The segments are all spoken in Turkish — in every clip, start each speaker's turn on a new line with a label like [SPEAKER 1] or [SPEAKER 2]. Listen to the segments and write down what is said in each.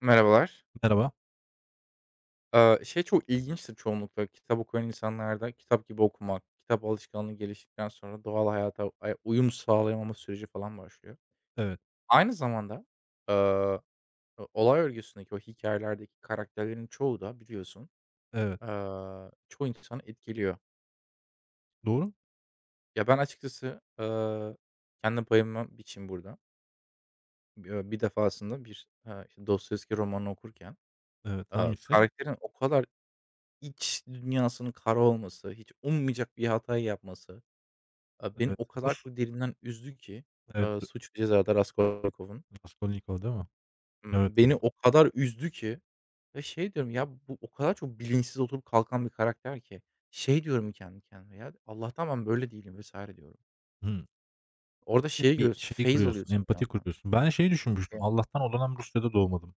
[SPEAKER 1] Merhabalar.
[SPEAKER 2] Merhaba.
[SPEAKER 1] Şey çok ilginçtir, çoğunlukla kitap okuyan insanlarda kitap gibi okumak, kitap alışkanlığı geliştikten sonra doğal hayata uyum sağlayamama süreci falan başlıyor.
[SPEAKER 2] Evet,
[SPEAKER 1] Aynı zamanda, eee, olay örgüsündeki o hikayelerdeki karakterlerin çoğu da biliyorsun,
[SPEAKER 2] evet.
[SPEAKER 1] çoğu insanı etkiliyor.
[SPEAKER 2] Doğru.
[SPEAKER 1] Ya, ben açıkçası, kendi payıma biçeyim burada. Bir defasında bir, işte, Dostoyevski romanını okurken,
[SPEAKER 2] Evet, hangisi?
[SPEAKER 1] karakterin o kadar İç dünyasının kara olması, hiç ummayacak bir hatayı yapması, beni
[SPEAKER 2] Evet,
[SPEAKER 1] o kadar
[SPEAKER 2] Rus.
[SPEAKER 1] çok derinden üzdü ki,
[SPEAKER 2] Evet,
[SPEAKER 1] Suç ve Ceza'da Raskolnikov'un,
[SPEAKER 2] Raskolnikov değil mi? Evet
[SPEAKER 1] beni
[SPEAKER 2] ya.
[SPEAKER 1] o kadar üzdü ki ve şey diyorum, ya, bu o kadar çok bilinçsiz oturup kalkan bir karakter ki, şey diyorum kendi kendime, ya, Allah'tan ben böyle değilim vs. diyorum.
[SPEAKER 2] Hımm.
[SPEAKER 1] Orada
[SPEAKER 2] Ya,
[SPEAKER 1] şeyi
[SPEAKER 2] bir
[SPEAKER 1] görüyorsun,
[SPEAKER 2] şey
[SPEAKER 1] feyz
[SPEAKER 2] kuruyorsun,
[SPEAKER 1] alıyorsun bir
[SPEAKER 2] empati
[SPEAKER 1] yandan.
[SPEAKER 2] kuruyorsun. Ben şeyi düşünmüştüm, Allah'tan o dönem Rusya'da doğmadım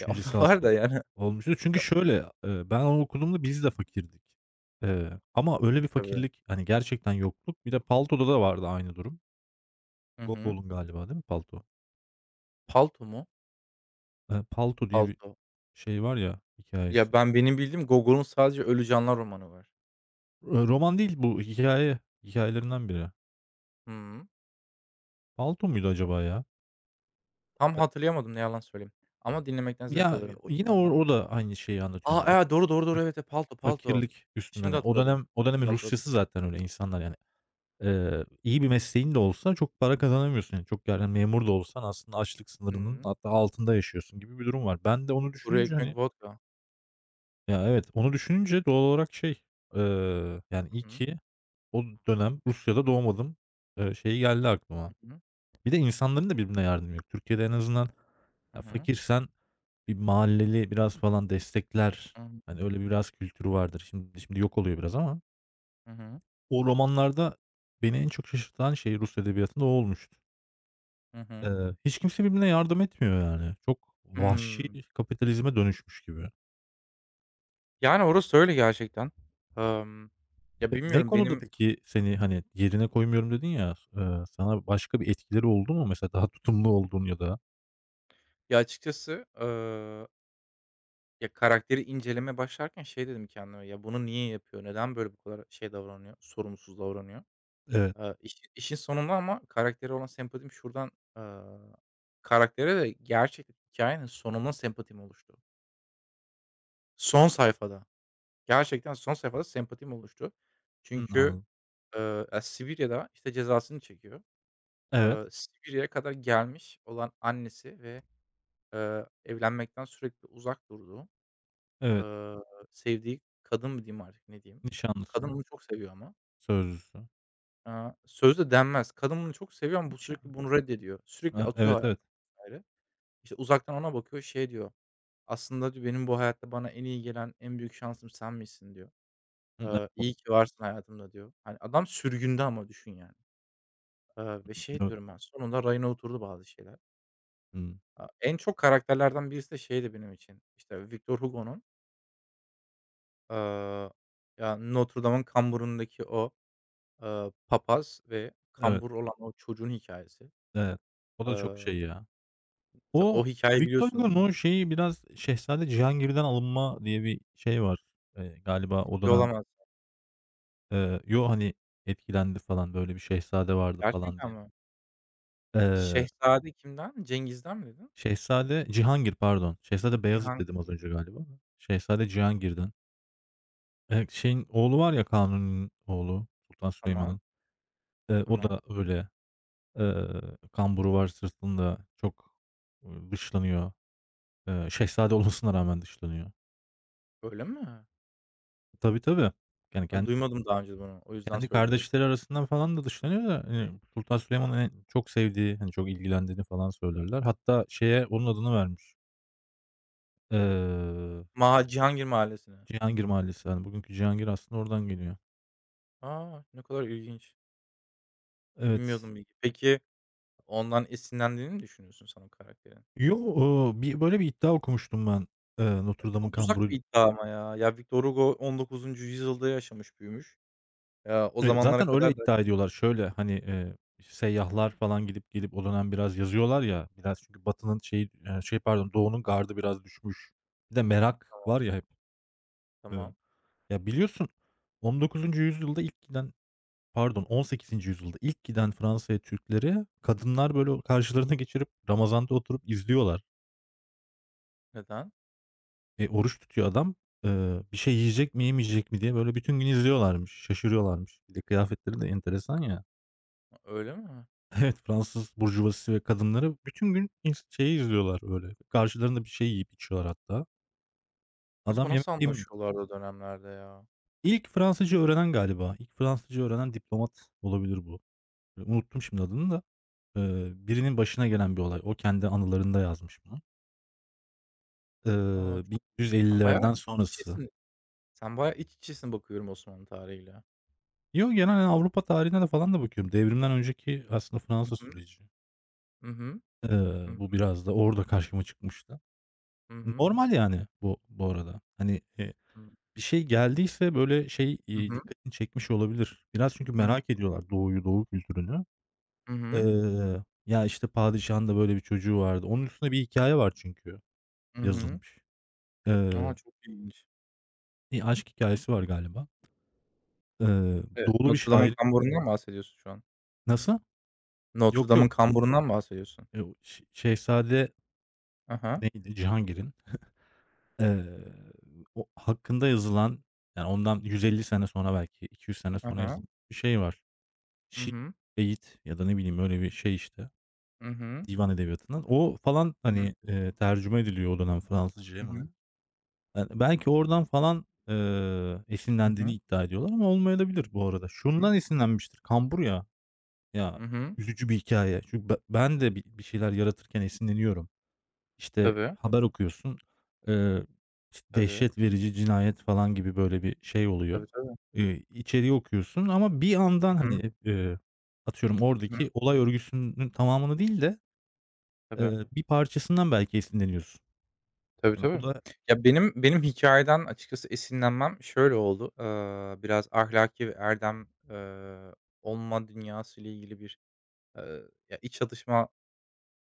[SPEAKER 1] Ya, o da var
[SPEAKER 2] asıl
[SPEAKER 1] da yani.
[SPEAKER 2] olmuştu. Çünkü
[SPEAKER 1] Ya,
[SPEAKER 2] şöyle, ben onu okuduğumda biz de fakirdik. Ama öyle bir
[SPEAKER 1] tabii.
[SPEAKER 2] fakirlik, hani, gerçekten yokluk. Bir de Palto'da da vardı aynı durum.
[SPEAKER 1] Hı hı.
[SPEAKER 2] Gogol'un galiba değil mi Palto?
[SPEAKER 1] Palto mu?
[SPEAKER 2] Palto diye bir
[SPEAKER 1] Palto.
[SPEAKER 2] şey var ya,
[SPEAKER 1] Ya,
[SPEAKER 2] hikayesi.
[SPEAKER 1] benim bildiğim Gogol'un sadece Ölü Canlar romanı var.
[SPEAKER 2] Roman değil bu, hikayelerinden biri.
[SPEAKER 1] Hı hı.
[SPEAKER 2] Palto muydu acaba ya?
[SPEAKER 1] Tam
[SPEAKER 2] E
[SPEAKER 1] hatırlayamadım, ne yalan söyleyeyim, ama dinlemekten zevk
[SPEAKER 2] Ya,
[SPEAKER 1] alırım.
[SPEAKER 2] yine o
[SPEAKER 1] Tamam.
[SPEAKER 2] o da aynı şeyi anlatıyor. Yani,
[SPEAKER 1] A,
[SPEAKER 2] o
[SPEAKER 1] doğru, doğru, doğru.
[SPEAKER 2] faki
[SPEAKER 1] Evet, evet. Palto, palto.
[SPEAKER 2] fakirlik üstünden.
[SPEAKER 1] Şimdi
[SPEAKER 2] Yani, o
[SPEAKER 1] hatırladım.
[SPEAKER 2] dönem o dönemin
[SPEAKER 1] Şimdi hatırladım.
[SPEAKER 2] Rusyası zaten öyle. İnsanlar yani, iyi bir mesleğin de olsa çok para kazanamıyorsun. Yani, çok, yani, memur da olsan aslında açlık
[SPEAKER 1] Hı
[SPEAKER 2] sınırının
[SPEAKER 1] hı.
[SPEAKER 2] hatta altında yaşıyorsun gibi bir durum var. Ben de onu
[SPEAKER 1] Kuru
[SPEAKER 2] düşününce,
[SPEAKER 1] ekmek,
[SPEAKER 2] hani,
[SPEAKER 1] vodka.
[SPEAKER 2] ya, evet, onu düşününce doğal olarak şey, yani, iyi ki o dönem Rusya'da doğmadım, şeyi geldi aklıma.
[SPEAKER 1] Hı hı.
[SPEAKER 2] Bir de insanların da birbirine yardımı yok. Türkiye'de en azından
[SPEAKER 1] Hı
[SPEAKER 2] ya
[SPEAKER 1] hı.
[SPEAKER 2] fakirsen bir mahalleli biraz falan destekler.
[SPEAKER 1] Hı hı.
[SPEAKER 2] Hani öyle biraz kültürü vardır. Şimdi yok oluyor biraz ama
[SPEAKER 1] Hı hı.
[SPEAKER 2] o romanlarda beni en çok şaşırtan şey Rus edebiyatında o olmuştu.
[SPEAKER 1] Hı hı.
[SPEAKER 2] Hiç kimse birbirine yardım etmiyor yani. Çok vahşi
[SPEAKER 1] Hımm.
[SPEAKER 2] kapitalizme dönüşmüş gibi.
[SPEAKER 1] Yani, orası öyle gerçekten. Emm, Ya,
[SPEAKER 2] Ne
[SPEAKER 1] bilmiyorum
[SPEAKER 2] konuda
[SPEAKER 1] benim,
[SPEAKER 2] peki seni, hani, yerine koymuyorum dedin ya, sana başka bir etkileri oldu mu mesela, daha tutumlu oldun ya da?
[SPEAKER 1] ya, açıkçası, ya, karakteri incelemeye başlarken şey dedim kendime, "Ya, bunu niye yapıyor? Neden böyle bu kadar şey davranıyor, sorumsuz davranıyor?"
[SPEAKER 2] Evet.
[SPEAKER 1] İşi işin sonunda, ama karaktere olan sempatim şuradan, eee, karaktere de gerçekten hikâyenin sonunda sempatim oluştu. Son sayfada, gerçekten son sayfada sempatim oluştu.
[SPEAKER 2] Hımm,
[SPEAKER 1] Çünkü,
[SPEAKER 2] anladım.
[SPEAKER 1] Sibirya'da, işte, cezasını çekiyor.
[SPEAKER 2] Evet,
[SPEAKER 1] Sibirya'ya kadar gelmiş olan annesi ve, evlenmekten sürekli uzak durduğu,
[SPEAKER 2] evet.
[SPEAKER 1] eee, sevdiği kadın mı diyeyim artık, ne diyeyim? Kadın
[SPEAKER 2] Nişanlısı,
[SPEAKER 1] onu çok seviyor ama.
[SPEAKER 2] sözlüsü.
[SPEAKER 1] Sözle denmez. Kadın bunu çok seviyor ama bu
[SPEAKER 2] Nişan.
[SPEAKER 1] sürekli bunu reddediyor. Sürekli
[SPEAKER 2] A,
[SPEAKER 1] atıyor
[SPEAKER 2] evet,
[SPEAKER 1] Hayattan
[SPEAKER 2] evet.
[SPEAKER 1] vs. İşte, uzaktan ona bakıyor, şey diyor, "Aslında," diyor, "benim bu hayatta bana en iyi gelen en büyük şansım sen misin," diyor.
[SPEAKER 2] Hı,
[SPEAKER 1] "İyi ki varsın hayatımda," diyor. Hani, adam sürgünde ama düşün yani. Ve şey
[SPEAKER 2] evet.
[SPEAKER 1] diyorum ben, sonunda rayına oturdu bazı şeyler.
[SPEAKER 2] Hımm.
[SPEAKER 1] En çok karakterlerden birisi de şeydi benim için, işte, Victor Hugo'nun, eee, ya, Notre Dame'ın kamburundaki o, papaz ve
[SPEAKER 2] Evet, hı, evet.
[SPEAKER 1] kambur olan o çocuğun hikâyesi.
[SPEAKER 2] Evet. O da
[SPEAKER 1] Eee
[SPEAKER 2] çok şey ya.
[SPEAKER 1] Sen
[SPEAKER 2] O
[SPEAKER 1] o hikâyeyi
[SPEAKER 2] Victor
[SPEAKER 1] biliyorsun, değil
[SPEAKER 2] Hugo'nun
[SPEAKER 1] mi?
[SPEAKER 2] o şeyi biraz Şehzade Cihangir'den alınma diye bir şey var. Galiba o
[SPEAKER 1] Ciddi
[SPEAKER 2] dönem,
[SPEAKER 1] olamazsın.
[SPEAKER 2] yo, hani, etkilendi falan, böyle bir şehzade vardı falan
[SPEAKER 1] Gerçekten
[SPEAKER 2] diye.
[SPEAKER 1] mi?
[SPEAKER 2] Eee,
[SPEAKER 1] Şehzade kimden? Cengiz'den mi dedin?
[SPEAKER 2] Şehzade Cihangir pardon. Şehzade Beyazıt
[SPEAKER 1] Cihan
[SPEAKER 2] dedim az önce galiba. Şehzade Cihangir'den. Şeyin oğlu var ya Kanuni'nin oğlu Sultan
[SPEAKER 1] Tamam,
[SPEAKER 2] Süleyman'ın. O
[SPEAKER 1] tamam.
[SPEAKER 2] da öyle. Eee, kamburu var sırtında. Çok, dışlanıyor. Şehzade olmasına rağmen dışlanıyor.
[SPEAKER 1] Öyle mi?
[SPEAKER 2] Tabii, tabii. Yani
[SPEAKER 1] Ha,
[SPEAKER 2] kendi
[SPEAKER 1] duymadım daha önce bunu. O yüzden
[SPEAKER 2] kendi
[SPEAKER 1] söylüyorum.
[SPEAKER 2] kardeşleri arasından falan da dışlanıyor da, hani, Sultan Süleyman'ın en çok sevdiği, hani, çok ilgilendiğini falan söylerler. Hatta şeye onun adını vermiş. Eee,
[SPEAKER 1] Cihangir Mahallesi'ne.
[SPEAKER 2] Cihangir Mahallesi, hani, bugünkü Cihangir aslında oradan geliyor.
[SPEAKER 1] A! Ne kadar ilginç.
[SPEAKER 2] Evet.
[SPEAKER 1] Bilmiyordum bilgi. Peki, ondan esinlendiğini mi düşünüyorsun sen o karakterin?
[SPEAKER 2] Yo, böyle bir iddia okumuştum ben,
[SPEAKER 1] Ya,
[SPEAKER 2] Notre Dame'ın
[SPEAKER 1] çok uzak
[SPEAKER 2] kamburu.
[SPEAKER 1] bir iddia ama ya. Ya, Victor Hugo 19. yüzyılda yaşamış, büyümüş. Ya, o zamanlara
[SPEAKER 2] Zaten öyle
[SPEAKER 1] kadar da.
[SPEAKER 2] iddia ediyorlar. Şöyle, hani, işte, seyyahlar falan gidip gelip o dönem biraz yazıyorlar ya, biraz çünkü Batı'nın şeyi, şey pardon, Doğu'nun gardı biraz düşmüş. Bir de merak var ya hep. Eee,
[SPEAKER 1] Tamam.
[SPEAKER 2] ya biliyorsun 19. yüzyılda ilk giden, pardon 18. yüzyılda ilk giden Fransa'ya Türkleri kadınlar böyle karşılarına geçirip Ramazan'da oturup izliyorlar.
[SPEAKER 1] Neden?
[SPEAKER 2] E, oruç tutuyor adam. Bir şey yiyecek mi yemeyecek mi diye böyle bütün gün izliyorlarmış, şaşırıyorlarmış. Bir de kıyafetleri de enteresan ya.
[SPEAKER 1] Öyle mi?
[SPEAKER 2] Evet, Fransız burjuvazisi ve kadınları bütün gün şeyi izliyorlar öyle. Karşılarında bir şey yiyip içiyorlar hatta.
[SPEAKER 1] Acaba
[SPEAKER 2] Adam yemek
[SPEAKER 1] nasıl
[SPEAKER 2] yemiyor.
[SPEAKER 1] anlaşıyorlardı o dönemlerde ya?
[SPEAKER 2] İlk Fransızca öğrenen galiba. İlk Fransızca öğrenen diplomat olabilir bu. Unuttum şimdi adını da. Birinin başına gelen bir olay. O kendi anılarında yazmış bunu.
[SPEAKER 1] A, çok Sen bayağı
[SPEAKER 2] 1950'lerden
[SPEAKER 1] iç
[SPEAKER 2] sonrası.
[SPEAKER 1] içesin. Sen bayağı iç içesin, bakıyorum, Osmanlı tarihiyle. Hı
[SPEAKER 2] Yo, genel yani Avrupa tarihine de falan da bakıyorum. Devrimden önceki aslında Fransa
[SPEAKER 1] hı.
[SPEAKER 2] süreci.
[SPEAKER 1] Hı hı. Hı hı.
[SPEAKER 2] Bu biraz da orada karşıma çıkmıştı.
[SPEAKER 1] Hı hı.
[SPEAKER 2] Normal yani bu arada. Hani, bir şey geldiyse, böyle, şey,
[SPEAKER 1] Hı hı.
[SPEAKER 2] dikkatini çekmiş olabilir. Biraz çünkü
[SPEAKER 1] Hı hı.
[SPEAKER 2] merak ediyorlar Doğu'yu, Doğu kültürünü.
[SPEAKER 1] Hı hı.
[SPEAKER 2] Ya, işte, padişahın da böyle bir çocuğu vardı. Onun üstüne bir hikaye var çünkü
[SPEAKER 1] Hı hı.
[SPEAKER 2] yazılmış.
[SPEAKER 1] A,
[SPEAKER 2] Eee,
[SPEAKER 1] çok ilginç.
[SPEAKER 2] bir aşk hikâyesi var galiba.
[SPEAKER 1] Evet,
[SPEAKER 2] Doğulu bir
[SPEAKER 1] Notre Dame'ın
[SPEAKER 2] şairin.
[SPEAKER 1] kamburundan mı bahsediyorsun şu an?
[SPEAKER 2] Nasıl?
[SPEAKER 1] Notre
[SPEAKER 2] Yok,
[SPEAKER 1] Dame'ın
[SPEAKER 2] yok.
[SPEAKER 1] kamburundan mı bahsediyorsun?
[SPEAKER 2] O Şehzade
[SPEAKER 1] Hı hı.
[SPEAKER 2] neydi? Cihangir'in, eee, o hakkında yazılan, yani, ondan 150 sene sonra belki 200 sene
[SPEAKER 1] Hı
[SPEAKER 2] sonra
[SPEAKER 1] hı.
[SPEAKER 2] yazılmış bir şey var.
[SPEAKER 1] Hı
[SPEAKER 2] Şiir,
[SPEAKER 1] hı.
[SPEAKER 2] beyit ya da ne bileyim öyle bir şey, işte.
[SPEAKER 1] Hı hı.
[SPEAKER 2] Divan edebiyatından. O falan,
[SPEAKER 1] Hı hı.
[SPEAKER 2] hani, tercüme ediliyor o dönem Fransızcaya
[SPEAKER 1] Hı
[SPEAKER 2] mı ne?
[SPEAKER 1] hı.
[SPEAKER 2] Yani, belki oradan falan,
[SPEAKER 1] Hı
[SPEAKER 2] esinlendiğini
[SPEAKER 1] hı.
[SPEAKER 2] iddia ediyorlar ama olmayabilir bu arada.
[SPEAKER 1] Hı hı.
[SPEAKER 2] Şundan esinlenmiştir: kambur ya. Ya,
[SPEAKER 1] Hı hı.
[SPEAKER 2] üzücü bir hikâye. Çünkü ben de bir şeyler yaratırken esinleniyorum. İşte,
[SPEAKER 1] Tabii.
[SPEAKER 2] haber okuyorsun, eee, işte,
[SPEAKER 1] Tabii.
[SPEAKER 2] dehşet verici cinayet falan gibi böyle bir şey oluyor.
[SPEAKER 1] Tabii, tabii.
[SPEAKER 2] İçeriği okuyorsun ama bir yandan,
[SPEAKER 1] Hı hı.
[SPEAKER 2] hani, atıyorum
[SPEAKER 1] Hı hı.
[SPEAKER 2] oradaki olay örgüsünün tamamını değil de
[SPEAKER 1] Tabii.
[SPEAKER 2] Bir parçasından belki esinleniyorsun.
[SPEAKER 1] Tabii,
[SPEAKER 2] Yani o
[SPEAKER 1] tabii.
[SPEAKER 2] da
[SPEAKER 1] Ya, benim hikâyeden açıkçası esinlenmem şöyle oldu. Biraz ahlaki ve erdem, olma dünyasıyla ilgili bir, eee, ya, iç çatışma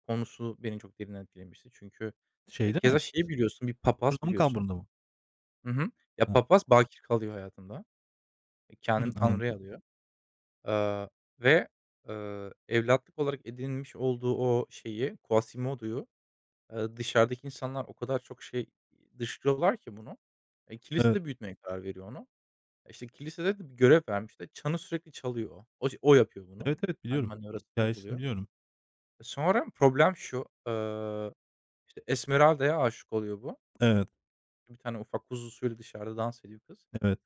[SPEAKER 1] konusu beni çok derinden etkilemişti. Çünkü,
[SPEAKER 2] şey değil
[SPEAKER 1] keza
[SPEAKER 2] mi?
[SPEAKER 1] şeyi biliyorsun, bir papaz
[SPEAKER 2] Sırtlamın
[SPEAKER 1] biliyorsun.
[SPEAKER 2] kamburunda mı?
[SPEAKER 1] Hı hı. Ya,
[SPEAKER 2] Ha,
[SPEAKER 1] papaz bakir kalıyor hayatında.
[SPEAKER 2] hımm,
[SPEAKER 1] Kendini
[SPEAKER 2] anladım.
[SPEAKER 1] Tanrı'ya adıyor. Eee, ve, evlatlık olarak edinmiş olduğu o şeyi, Quasimodo'yu... Dışarıdaki insanlar o kadar çok şey dışlıyorlar ki bunu.
[SPEAKER 2] Evet.
[SPEAKER 1] Kilisede büyütmeye karar veriyor onu. İşte, kilisede de bir görev vermişler. Çanı sürekli çalıyor. O yapıyor bunu.
[SPEAKER 2] Evet, evet
[SPEAKER 1] Ben
[SPEAKER 2] biliyorum.
[SPEAKER 1] manevrasını
[SPEAKER 2] Hikâyesini
[SPEAKER 1] uyguluyor.
[SPEAKER 2] biliyorum.
[SPEAKER 1] Sonra problem şu, işte, Esmeralda'ya aşık oluyor bu.
[SPEAKER 2] Evet,
[SPEAKER 1] Bir tane ufak kuzusuyla dışarıda dans ediyor kız.
[SPEAKER 2] evet,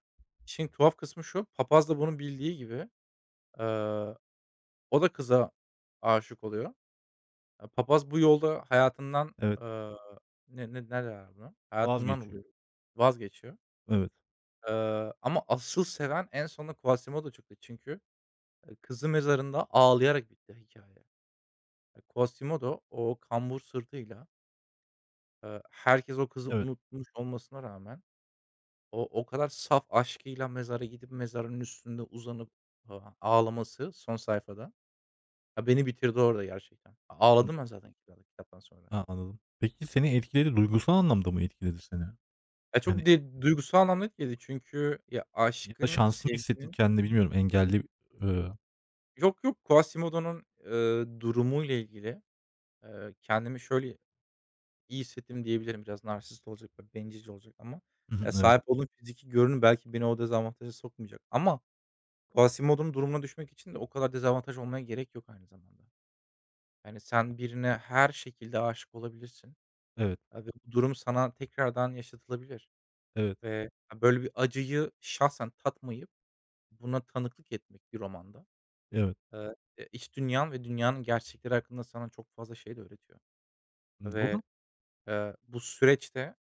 [SPEAKER 1] Şimdi tuhaf kısmı şu, papaz da bunu bildiği gibi, eee, o da kıza aşık oluyor. Papaz bu yolda hayatından,
[SPEAKER 2] evet.
[SPEAKER 1] eee, ne derler buna? Hayatından
[SPEAKER 2] Vazgeçiyor.
[SPEAKER 1] oluyor, vazgeçiyor.
[SPEAKER 2] Evet,
[SPEAKER 1] Ama asıl seven en sonunda Quasimodo çıktı çünkü, kızı mezarında ağlayarak bitti hikâye. Quasimodo o kambur sırtıyla, herkes o kızı
[SPEAKER 2] evet.
[SPEAKER 1] unutmuş olmasına rağmen o kadar saf aşkıyla mezara gidip mezarın üstünde uzanıp, ağlaması son sayfada, ya, beni bitirdi orada gerçekten.
[SPEAKER 2] Hımm.
[SPEAKER 1] Ağladım ben zaten kitaptan sonra.
[SPEAKER 2] Ha, anladım. Peki seni etkiledi, duygusal anlamda mı etkiledi seni?
[SPEAKER 1] Ya,
[SPEAKER 2] Yani,
[SPEAKER 1] çok de duygusal anlamda etkiledi çünkü ya,
[SPEAKER 2] ya da
[SPEAKER 1] aşkın,
[SPEAKER 2] şanslı mı hissettin
[SPEAKER 1] sevginin...
[SPEAKER 2] kendini, bilmiyorum. Engelli, eee
[SPEAKER 1] Yok, yok, Quasimodo'nun, durumuyla ilgili, kendimi şöyle iyi hissettim diyebilirim. Biraz narsist olacak ve bencilce olacak ama
[SPEAKER 2] hı
[SPEAKER 1] ya,
[SPEAKER 2] hı.
[SPEAKER 1] sahip olduğum fiziki görünüm belki beni o dezavantaja sokmayacak ama Quasimodo'nun durumuna düşmek için de o kadar dezavantaj olmaya gerek yok aynı zamanda. Yani, sen birine her şekilde aşık olabilirsin,
[SPEAKER 2] Evet,
[SPEAKER 1] ve bu durum sana tekrardan yaşatılabilir
[SPEAKER 2] evet,
[SPEAKER 1] ve, ya, böyle bir acıyı şahsen tatmayıp buna tanıklık etmek bir romanda,
[SPEAKER 2] evet,
[SPEAKER 1] iç dünyan ve dünyanın gerçekleri hakkında sana çok fazla şey de öğretiyor
[SPEAKER 2] evet.
[SPEAKER 1] ve,
[SPEAKER 2] Doğru.
[SPEAKER 1] bu süreçte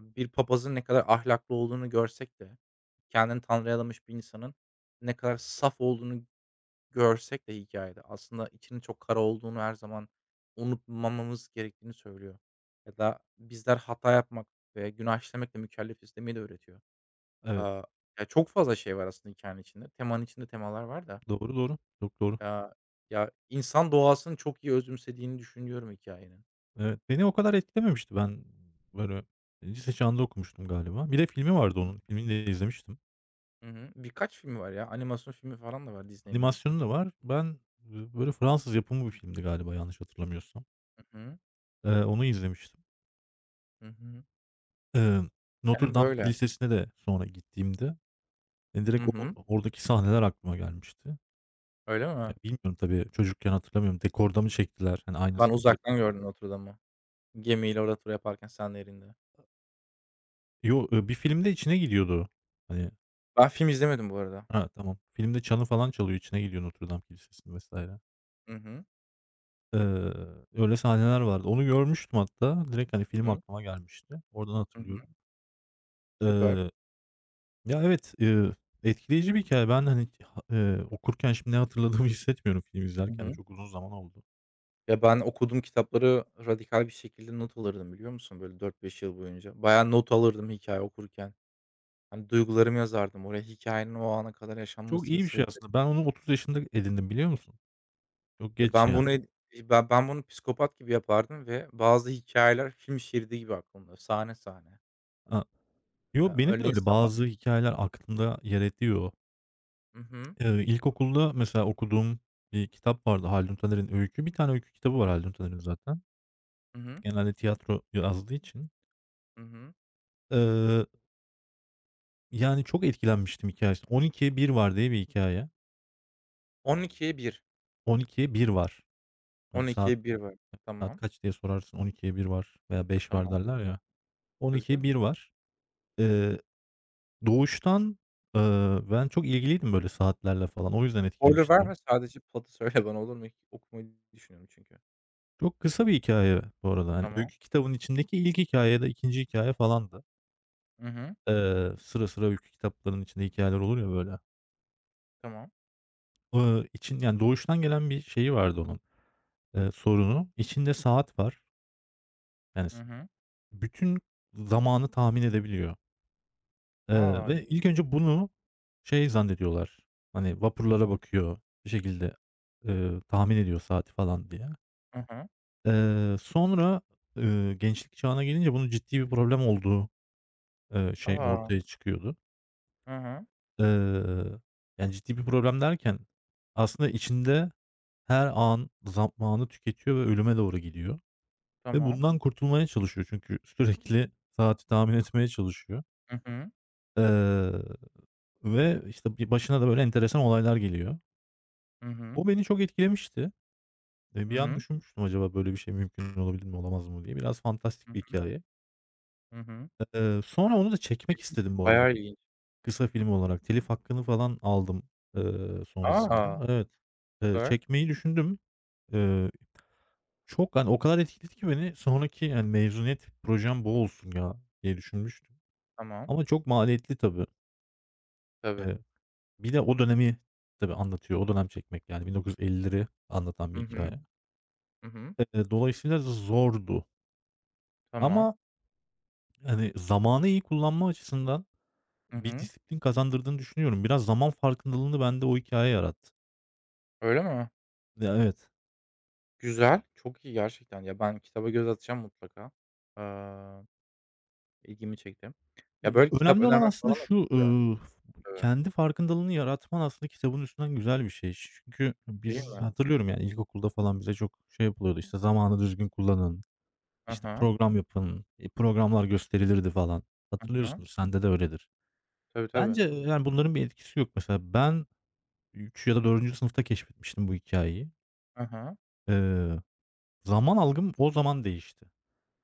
[SPEAKER 1] bir papazın ne kadar ahlaklı olduğunu görsek de, kendini Tanrı'ya adamış bir insanın ne kadar saf olduğunu görsek de hikâyede aslında içinin çok kara olduğunu her zaman unutmamamız gerektiğini söylüyor ya da bizler hata yapmak ve günah işlemekle mükellefiz demeyi de öğretiyor.
[SPEAKER 2] Evet.
[SPEAKER 1] Aaa, ya, çok fazla şey var aslında hikâyenin içinde. Temanın içinde temalar var da.
[SPEAKER 2] Doğru, doğru. Çok doğru.
[SPEAKER 1] Ya ya, insan doğasını çok iyi özümsediğini düşünüyorum hikayenin.
[SPEAKER 2] Evet, beni o kadar etkilememişti. Ben, böyle, lise çağında okumuştum galiba. Bir de filmi
[SPEAKER 1] Hı
[SPEAKER 2] vardı
[SPEAKER 1] hı.
[SPEAKER 2] onun. Filmini de izlemiştim.
[SPEAKER 1] Hı hı. Birkaç filmi var ya. Animasyon filmi falan da var, Disney'nin yaptığı.
[SPEAKER 2] Animasyonu da var. Ben, böyle, Fransız yapımı bir filmdi galiba yanlış hatırlamıyorsam.
[SPEAKER 1] Hı hı.
[SPEAKER 2] Onu izlemiştim.
[SPEAKER 1] Hı hı.
[SPEAKER 2] Eee, Notre
[SPEAKER 1] Yani,
[SPEAKER 2] Dame
[SPEAKER 1] böyle.
[SPEAKER 2] Kilisesi'ne de sonra gittiğimde,
[SPEAKER 1] Hı
[SPEAKER 2] direkt o
[SPEAKER 1] hı.
[SPEAKER 2] oradaki sahneler aklıma gelmişti.
[SPEAKER 1] Öyle
[SPEAKER 2] Ya,
[SPEAKER 1] mi?
[SPEAKER 2] bilmiyorum tabii çocukken hatırlamıyorum. Dekorda mı çektiler? Hani,
[SPEAKER 1] Ben
[SPEAKER 2] aynısını biri.
[SPEAKER 1] uzaktan gördüm Notre Dame'ı. Gemiyle orada tur yaparken Sen Nehri'nde.
[SPEAKER 2] Yo, bir filmde içine gidiyordu. Hani.
[SPEAKER 1] Ben film izlemedim bu arada.
[SPEAKER 2] Ha, tamam. Filmde çanı falan çalıyor, içine gidiyor Notre Dame Kilisesi'nin vesaire.
[SPEAKER 1] Hı hı.
[SPEAKER 2] Eee, öyle sahneler vardı. Onu görmüştüm hatta. Direkt, hani,
[SPEAKER 1] Hı
[SPEAKER 2] film
[SPEAKER 1] hı.
[SPEAKER 2] aklıma gelmişti. Oradan
[SPEAKER 1] Hı hı.
[SPEAKER 2] hatırlıyorum.
[SPEAKER 1] Süper.
[SPEAKER 2] Eee, ya, evet, etkileyici bir hikâye. Ben, hani, okurken şimdi ne hatırladığımı hissetmiyorum. Film
[SPEAKER 1] Hı
[SPEAKER 2] izlerken de
[SPEAKER 1] hı.
[SPEAKER 2] çok uzun zaman oldu.
[SPEAKER 1] Ya, ben okuduğum kitapları radikal bir şekilde not alırdım, biliyor musun? Böyle dört beş yıl boyunca. Bayağı not alırdım, hikaye okurken. Hani, duygularımı yazardım. Oraya hikayenin o ana kadar
[SPEAKER 2] Çok
[SPEAKER 1] yaşanmasının
[SPEAKER 2] iyi bir şey
[SPEAKER 1] sebeplerini...
[SPEAKER 2] aslında. Ben onu 30 yaşında edindim, biliyor musun? Çok
[SPEAKER 1] Ya,
[SPEAKER 2] geç,
[SPEAKER 1] ben
[SPEAKER 2] yani.
[SPEAKER 1] bunu ed iii, ben ben bunu psikopat gibi yapardım ve bazı hikayeler film şeridi gibi aklımda, sahne sahne.
[SPEAKER 2] A Yo,
[SPEAKER 1] Ya,
[SPEAKER 2] benim de
[SPEAKER 1] örneğin
[SPEAKER 2] öyle
[SPEAKER 1] sabah...
[SPEAKER 2] bazı hikâyeler aklımda yer ediyor.
[SPEAKER 1] Hı hı.
[SPEAKER 2] İlkokulda mesela okuduğum bir kitap vardı Haldun Taner'in Öykü. Bir tane öykü kitabı var Haldun Taner'in zaten.
[SPEAKER 1] Hı hı.
[SPEAKER 2] Genelde tiyatro yazdığı için.
[SPEAKER 1] Hı hı.
[SPEAKER 2] Eee Yani, çok etkilenmiştim hikâyesinden. 12'ye bir var diye bir hikâye.
[SPEAKER 1] 12'ye 1.
[SPEAKER 2] 12'ye bir var. Hani, saat
[SPEAKER 1] 12'ye 1 var.
[SPEAKER 2] saat
[SPEAKER 1] Tamam,
[SPEAKER 2] kaç diye sorarsın, 12'ye bir var veya beş var
[SPEAKER 1] tamam.
[SPEAKER 2] derler ya.
[SPEAKER 1] Tabii,
[SPEAKER 2] 12'ye
[SPEAKER 1] tabii.
[SPEAKER 2] bir var. Eee, doğuştan, ben çok ilgiliydim böyle saatlerle falan. O yüzden
[SPEAKER 1] Spoiler
[SPEAKER 2] etkilemişti beni.
[SPEAKER 1] verme, sadece plotu söyle bana, olur mu? Okumayı düşünüyorum çünkü.
[SPEAKER 2] Çok kısa bir hikaye bu arada. Hani,
[SPEAKER 1] Tamam.
[SPEAKER 2] öykü kitabının içindeki ilk hikaye ya da 2. hikâye falandı.
[SPEAKER 1] Hı hı.
[SPEAKER 2] Sıra sıra öykü kitaplarının içinde hikayeler olur ya böyle.
[SPEAKER 1] Tamam.
[SPEAKER 2] İçin yani, doğuştan gelen bir şeyi vardı onun, sorunu. İçinde saat var. Yani,
[SPEAKER 1] Hı hı.
[SPEAKER 2] bütün zamanı tahmin edebiliyor,
[SPEAKER 1] A!
[SPEAKER 2] ve
[SPEAKER 1] İlginç.
[SPEAKER 2] ilk önce bunu şey zannediyorlar, hani, vapurlara
[SPEAKER 1] Neden?
[SPEAKER 2] bakıyor, bir şekilde, tahmin ediyor saati falan diye.
[SPEAKER 1] Hı hı.
[SPEAKER 2] Sonra, gençlik çağına gelince bunun ciddi bir problem olduğu, şey
[SPEAKER 1] A!
[SPEAKER 2] ortaya çıkıyordu.
[SPEAKER 1] Hı hı.
[SPEAKER 2] Eee, yani, ciddi bir problem derken aslında içinde her an zamanı tüketiyor ve ölüme doğru gidiyor ve
[SPEAKER 1] Tamam.
[SPEAKER 2] bundan kurtulmaya çalışıyor çünkü sürekli saati tahmin etmeye çalışıyor.
[SPEAKER 1] Hı hı.
[SPEAKER 2] Eee Ve, işte, bir başına da böyle enteresan olaylar geliyor.
[SPEAKER 1] Hı hı.
[SPEAKER 2] O beni çok etkilemişti.
[SPEAKER 1] Hı
[SPEAKER 2] Bir an
[SPEAKER 1] hı.
[SPEAKER 2] düşünmüştüm acaba böyle bir şey mümkün olabilir mi, olamaz mı diye. Biraz
[SPEAKER 1] Hı
[SPEAKER 2] fantastik bir
[SPEAKER 1] hı.
[SPEAKER 2] hikaye.
[SPEAKER 1] Hı hı.
[SPEAKER 2] Sonra onu da çekmek
[SPEAKER 1] İlginç.
[SPEAKER 2] istedim bu arada
[SPEAKER 1] Bayağı ilginç.
[SPEAKER 2] kısa film olarak. Telif hakkını falan aldım,
[SPEAKER 1] A!
[SPEAKER 2] sonrasında. Evet,
[SPEAKER 1] Süper.
[SPEAKER 2] çekmeyi düşündüm. Eee, çok, hani, o kadar etkiledi ki beni sonraki, yani mezuniyet projem bu olsun ya diye düşünmüştüm.
[SPEAKER 1] Tamam.
[SPEAKER 2] Ama çok maliyetli tabii.
[SPEAKER 1] Tabii.
[SPEAKER 2] Eee, bir de o dönemi tabii anlatıyor. O dönem çekmek yani 1950'leri anlatan
[SPEAKER 1] Hı
[SPEAKER 2] bir
[SPEAKER 1] hı.
[SPEAKER 2] hikaye.
[SPEAKER 1] Hı hı.
[SPEAKER 2] Dolayısıyla zordu
[SPEAKER 1] Tamam.
[SPEAKER 2] ama, hani, zamanı iyi kullanma açısından
[SPEAKER 1] Hı
[SPEAKER 2] bir
[SPEAKER 1] hı.
[SPEAKER 2] disiplin kazandırdığını düşünüyorum. Biraz zaman farkındalığını bende o hikâye yarattı.
[SPEAKER 1] Öyle mi?
[SPEAKER 2] Ya, evet.
[SPEAKER 1] Güzel. Çok iyi gerçekten. Ya, ben kitaba göz atacağım mutlaka. Aaa, ilgimi çekti. Ya, böyle kitap
[SPEAKER 2] Önemli olan
[SPEAKER 1] önermek
[SPEAKER 2] aslında
[SPEAKER 1] falan da
[SPEAKER 2] şu,
[SPEAKER 1] çok güzel. Tabii.
[SPEAKER 2] kendi farkındalığını yaratman aslında kitabın üstünden güzel bir şey. Çünkü
[SPEAKER 1] Değil
[SPEAKER 2] biz
[SPEAKER 1] mi?
[SPEAKER 2] hatırlıyorum, yani, ilkokulda falan bize çok şey yapılıyordu, işte, zamanı düzgün kullanın,
[SPEAKER 1] Hı
[SPEAKER 2] işte,
[SPEAKER 1] hı.
[SPEAKER 2] program yapın, programlar gösterilirdi falan.
[SPEAKER 1] Hı hı.
[SPEAKER 2] Hatırlıyorsundur, sende de öyledir.
[SPEAKER 1] Tabii, tabii.
[SPEAKER 2] Bence, yani, bunların bir etkisi yok. Mesela ben, 3 ya da dördüncü sınıfta keşfetmiştim bu hikâyeyi.
[SPEAKER 1] Hı hı.
[SPEAKER 2] Eee, zaman algım o zaman değişti.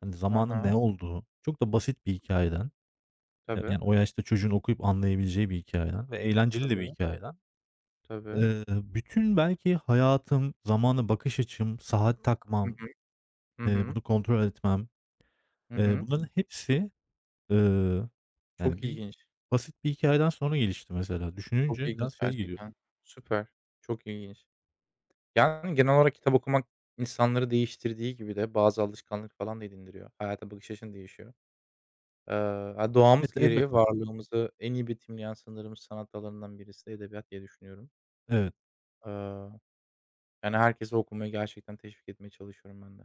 [SPEAKER 2] Hani,
[SPEAKER 1] Hı
[SPEAKER 2] zamanın ne
[SPEAKER 1] hı.
[SPEAKER 2] olduğu, çok da basit bir hikâyeden,
[SPEAKER 1] Tabii,
[SPEAKER 2] yani o yaşta çocuğun okuyup anlayabileceği bir hikâyeden ve eğlenceli de bir
[SPEAKER 1] tabii,
[SPEAKER 2] hikâyeden,
[SPEAKER 1] tabii.
[SPEAKER 2] bütün belki hayatım, zamana bakış açım, saat
[SPEAKER 1] Hı
[SPEAKER 2] takmam,
[SPEAKER 1] hı. Hı hı.
[SPEAKER 2] bunu kontrol etmem,
[SPEAKER 1] Hı hı.
[SPEAKER 2] bunların hepsi, eee, yani
[SPEAKER 1] Çok
[SPEAKER 2] bir
[SPEAKER 1] ilginç.
[SPEAKER 2] basit bir hikâyeden sonra gelişti mesela.
[SPEAKER 1] Çok
[SPEAKER 2] Düşününce
[SPEAKER 1] ilginç
[SPEAKER 2] biraz şey geliyor.
[SPEAKER 1] gerçekten. Süper. Çok ilginç. Yani, genel olarak kitap okumak, insanları değiştirdiği gibi de bazı alışkanlık falan da edindiriyor. Hayata bakış açın değişiyor. Doğamız
[SPEAKER 2] Evet,
[SPEAKER 1] gereği
[SPEAKER 2] elbette.
[SPEAKER 1] varlığımızı en iyi betimleyen sanırım sanat dallarından birisi de edebiyat diye düşünüyorum.
[SPEAKER 2] Evet.
[SPEAKER 1] Eee, Yani, herkesi okumaya gerçekten teşvik etmeye çalışıyorum ben de.